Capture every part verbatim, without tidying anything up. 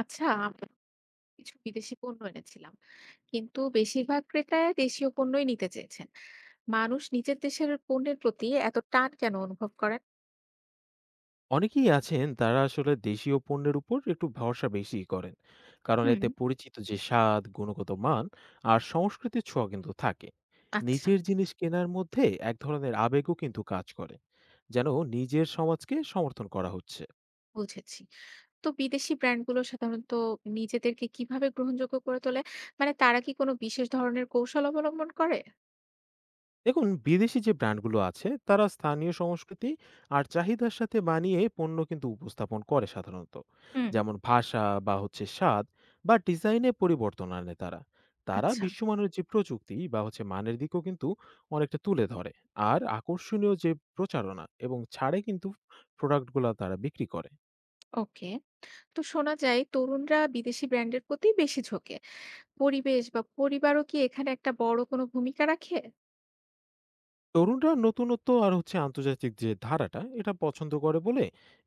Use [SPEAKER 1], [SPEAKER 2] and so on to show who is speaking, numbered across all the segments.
[SPEAKER 1] আচ্ছা, আমরা কিছু বিদেশি পণ্য এনেছিলাম, কিন্তু বেশিরভাগ ক্রেতাই দেশীয় পণ্যই নিতে চেয়েছেন। মানুষ নিজের দেশের পণ্যের প্রতি এত টান কেন অনুভব করেন?
[SPEAKER 2] অনেকেই আছেন তারা আসলে দেশীয় পণ্যের উপর একটু ভরসা বেশি করেন, কারণ
[SPEAKER 1] হুম।
[SPEAKER 2] এতে পরিচিত যে স্বাদ, গুণগত মান আর সংস্কৃতির ছোঁয়া কিন্তু থাকে।
[SPEAKER 1] আচ্ছা।
[SPEAKER 2] নিজের জিনিস কেনার মধ্যে এক ধরনের আবেগও কিন্তু কাজ করে, যেন নিজের সমাজকে সমর্থন করা হচ্ছে।
[SPEAKER 1] বুঝেছি। তো বিদেশি ব্র্যান্ডগুলো সাধারণত নিজেদেরকে কিভাবে গ্রহণযোগ্য করে তোলে? মানে, তারা কি কোনো বিশেষ ধরনের কৌশল অবলম্বন করে?
[SPEAKER 2] দেখুন, বিদেশি যে ব্র্যান্ডগুলো আছে তারা স্থানীয় সংস্কৃতি আর চাহিদার সাথে বানিয়ে পণ্য কিন্তু উপস্থাপন করে সাধারণত।
[SPEAKER 1] হুম।
[SPEAKER 2] যেমন ভাষা বা হচ্ছে স্বাদ বা ডিজাইনে পরিবর্তন আনে তারা। তারা
[SPEAKER 1] আচ্ছা।
[SPEAKER 2] বিশ্বমানের যে প্রযুক্তি বা হচ্ছে মানের দিকও কিন্তু অনেকটা তুলে ধরে, আর আকর্ষণীয় যে প্রচারণা এবং ছাড়ে কিন্তু প্রোডাক্টগুলো তারা বিক্রি করে।
[SPEAKER 1] ওকে। তো শোনা যায় তরুণরা বিদেশি ব্র্যান্ডের প্রতি বেশি ঝোঁকে। পরিবেশ বা পরিবারও কি এখানে একটা বড় কোনো ভূমিকা রাখে?
[SPEAKER 2] তরুণরা নতুনত্ব আর হচ্ছে আন্তর্জাতিক যে ধারাটা এটা পছন্দ করে বলে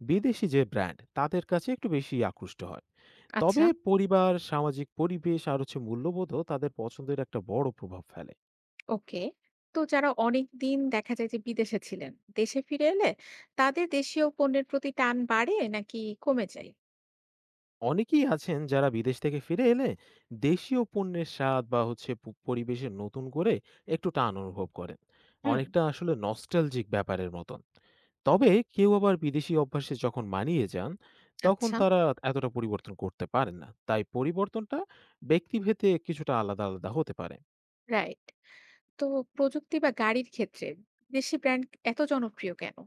[SPEAKER 2] বিদেশি যে ব্র্যান্ড তাদের কাছে একটু বেশি আকৃষ্ট হয়।
[SPEAKER 1] আচ্ছা।
[SPEAKER 2] তবে পরিবার, সামাজিক পরিবেশ আর হচ্ছে মূল্যবোধও তাদের পছন্দের একটা বড় প্রভাব ফেলে।
[SPEAKER 1] ওকে। তো যারা অনেক দিন দেখা যায় যে বিদেশে ছিলেন, দেশে ফিরে এলে তাদের দেশীয় পণ্যের প্রতি টান বাড়ে নাকি কমে যায়?
[SPEAKER 2] অনেকেই আছেন যারা বিদেশ থেকে ফিরে এলে দেশীয় পণ্যের স্বাদ বা হচ্ছে প- পরিবেশে নতুন করে একটু টান অনুভব করেন।
[SPEAKER 1] হুম।
[SPEAKER 2] অনেকটা আসলে নস্টালজিক ব্যাপারের মতন। তবে কেউ আবার বিদেশি অভ্যাসে যখন মানিয়ে যান তখন
[SPEAKER 1] আচ্ছা।
[SPEAKER 2] তারা এতটা পরিবর্তন করতে পারেন না। তাই পরিবর্তনটা ব্যক্তিভেদে কিছুটা আলাদা আলাদা হতে পারে।
[SPEAKER 1] রাইট। তো প্রযুক্তি বা গাড়ির ক্ষেত্রে দেশি ব্র্যান্ড এত জনপ্রিয় কেন?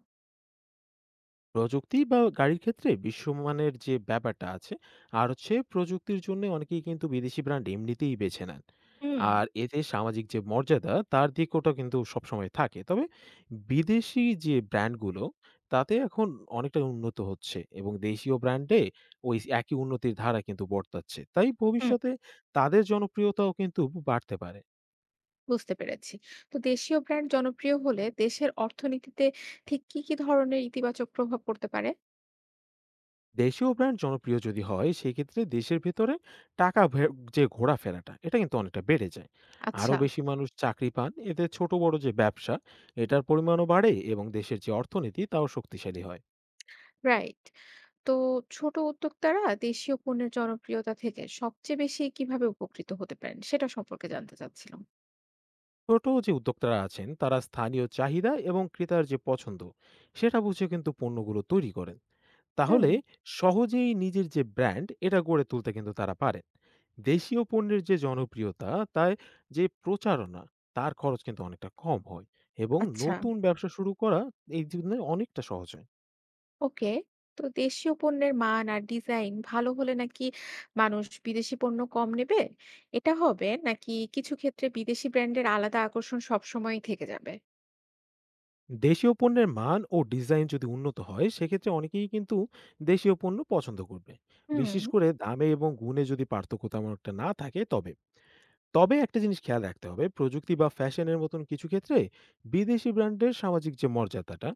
[SPEAKER 2] প্রযুক্তি বা গাড়ির ক্ষেত্রে বিশ্বমানের যে ব্যাপারটা আছে আর হচ্ছে প্রযুক্তির জন্য অনেকেই কিন্তু বিদেশি ব্র্যান্ড এমনিতেই বেছে নেন।
[SPEAKER 1] হুম।
[SPEAKER 2] আর এতে সামাজিক যে মর্যাদা তার দিকটা কিন্তু সবসময় থাকে। তবে বিদেশি যে ব্র্যান্ডগুলো তাতে এখন অনেকটা উন্নত হচ্ছে এবং দেশীয় ব্র্যান্ডে ওই একই উন্নতির ধারা কিন্তু বর্তাচ্ছে, তাই
[SPEAKER 1] হুম।
[SPEAKER 2] ভবিষ্যতে তাদের জনপ্রিয়তাও কিন্তু বাড়তে পারে।
[SPEAKER 1] বুঝতে পেরেছি। তো দেশীয় ব্র্যান্ড জনপ্রিয় হলে দেশের অর্থনীতিতে ঠিক কি কি ধরনের ইতিবাচক প্রভাব পড়তে পারে?
[SPEAKER 2] দেশীয় ব্র্যান্ড জনপ্রিয় যদি হয় সেক্ষেত্রে দেশের ভেতরে টাকা ভে- যে ঘোরাফেরাটা এটা কিন্তু অনেকটা বেড়ে যায়। আরও
[SPEAKER 1] আচ্ছা।
[SPEAKER 2] বেশি মানুষ চাকরি পান, এতে ছোট বড় যে ব্যবসা এটার পরিমাণও বাড়ে এবং দেশের যে অর্থনীতি তাও শক্তিশালী হয়।
[SPEAKER 1] রাইট। তো ছোট উদ্যোক্তারা দেশীয় পণ্যের জনপ্রিয়তা থেকে সবচেয়ে বেশি কিভাবে উপকৃত হতে পারেন সেটা সম্পর্কে জানতে চাচ্ছিলাম।
[SPEAKER 2] ছোট যে উদ্যোক্তারা আছেন তারা স্থানীয় চাহিদা এবং ক্রেতার যে পছন্দ সেটা বুঝে কিন্তু পণ্যগুলো তৈরি করেন।
[SPEAKER 1] হুম।
[SPEAKER 2] তাহলে সহজেই নিজের যে ব্র্যান্ড এটা গড়ে তুলতে কিন্তু তারা পারেন। দেশীয় পণ্যের যে জনপ্রিয়তা, তাই যে প্রচারণা তার খরচ কিন্তু অনেকটা কম হয় এবং
[SPEAKER 1] আচ্ছা।
[SPEAKER 2] নতুন ব্যবসা শুরু করা এই জন্য অনেকটা সহজ হয়।
[SPEAKER 1] ওকে। তো দেশীয় পণ্যের মান আর ডিজাইন ভালো হলে নাকি মানুষ বিদেশি পণ্য কম নেবে? এটা হবে, নাকি কিছু ক্ষেত্রে বিদেশি ব্র্যান্ডের আলাদা আকর্ষণ সবসময়ই থেকে যাবে?
[SPEAKER 2] দেশীয় পণ্যের মান ও ডিজাইন যদি উন্নত হয় সেক্ষেত্রে অনেকেই কিন্তু দেশীয় পণ্য পছন্দ করবে,
[SPEAKER 1] হুম।
[SPEAKER 2] বিশেষ করে দামে এবং গুণে যদি পার্থক্য তেমন একটা না থাকে। তবে তবে একটা জিনিস খেয়াল রাখতে হবে, প্রযুক্তি বা ফ্যাশনের মতন কিছু ক্ষেত্রে বিদেশি ব্র্যান্ডের সামাজিক যে মর্যাদাটা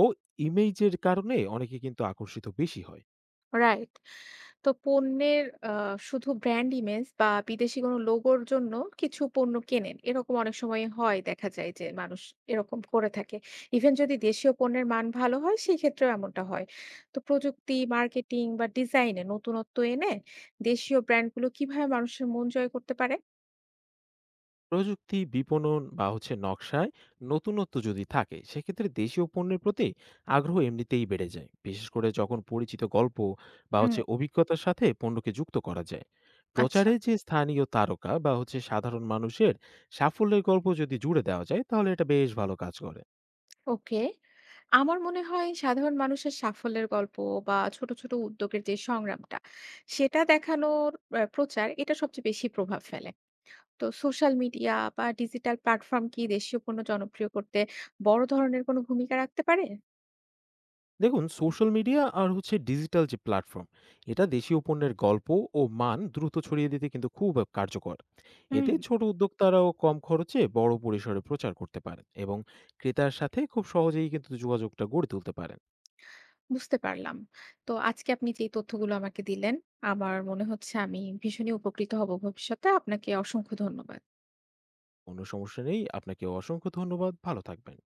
[SPEAKER 2] ও ইমেজের কারণে অনেকে কিন্তু আকর্ষিত বেশি হয়।
[SPEAKER 1] রাইট। তো পণ্যের আ শুধু ব্র্যান্ড ইমেজ বা বিদেশি কোনো লোগোর জন্য কিছু পণ্য কেনেন। এরকম অনেক সময় হয়, দেখা যায় যে মানুষ এরকম করে থাকে। ইভেন যদি দেশীয় পণ্যের মান ভালো হয় সেক্ষেত্রেও এমনটা হয়। তো প্রযুক্তি, মার্কেটিং বা ডিজাইনে নতুনত্ব এনে দেশীয় ব্র্যান্ডগুলো কিভাবে মানুষের মন জয় করতে পারে?
[SPEAKER 2] প্রযুক্তি, বিপণন বা হচ্ছে নকশায় নতুনত্ব যদি থাকে সেক্ষেত্রে দেশীয় পণ্যের প্রতি আগ্রহ এমনিতেই বেড়ে যায়, বিশেষ করে যখন পরিচিত গল্প বা
[SPEAKER 1] হুম।
[SPEAKER 2] হচ্ছে অভিজ্ঞতার সাথে পণ্যকে যুক্ত করা যায়।
[SPEAKER 1] আচ্ছা।
[SPEAKER 2] প্রচারে যে স্থানীয় তারকা বা হচ্ছে সাধারণ মানুষের সাফল্যের গল্প যদি জুড়ে দেওয়া যায় তাহলে এটা বেশ ভালো কাজ করে।
[SPEAKER 1] ওকে। আমার মনে হয় সাধারণ মানুষের সাফল্যের গল্প বা ছোট, ছোট উদ্যোগের যে সংগ্রামটা সেটা দেখানোর আ প্রচার এটা সবচেয়ে বেশি প্রভাব ফেলে। তো সোশ্যাল মিডিয়া বা ডিজিটাল প্ল্যাটফর্ম কি দেশীয় পণ্য জনপ্রিয় করতে বড় ধরনের কোনো ভূমিকা রাখতে পারে?
[SPEAKER 2] দেখুন, সোশ্যাল মিডিয়া আর হচ্ছে ডিজিটাল যে প্ল্যাটফর্ম এটা দেশীয় পণ্যের গল্প ও মান দ্রুত ছড়িয়ে দিতে কিন্তু খুব কার্যকর। এতে
[SPEAKER 1] হুম।
[SPEAKER 2] ছোট উদ্যোক্তারাও কম খরচে বড় পরিসরে প্রচার করতে পারেন এবং ক্রেতার সাথে খুব সহজেই কিন্তু যোগাযোগটা গড়ে তুলতে পারেন।
[SPEAKER 1] বুঝতে পারলাম। তো আজকে আপনি যে তথ্যগুলো আমাকে দিলেন, আমার মনে হচ্ছে আমি ভীষণই উপকৃত হব ভবিষ্যতে। আপনাকে অসংখ্য ধন্যবাদ।
[SPEAKER 2] কোনো সমস্যা নেই, আপনাকে অসংখ্য ধন্যবাদ, ভালো থাকবেন।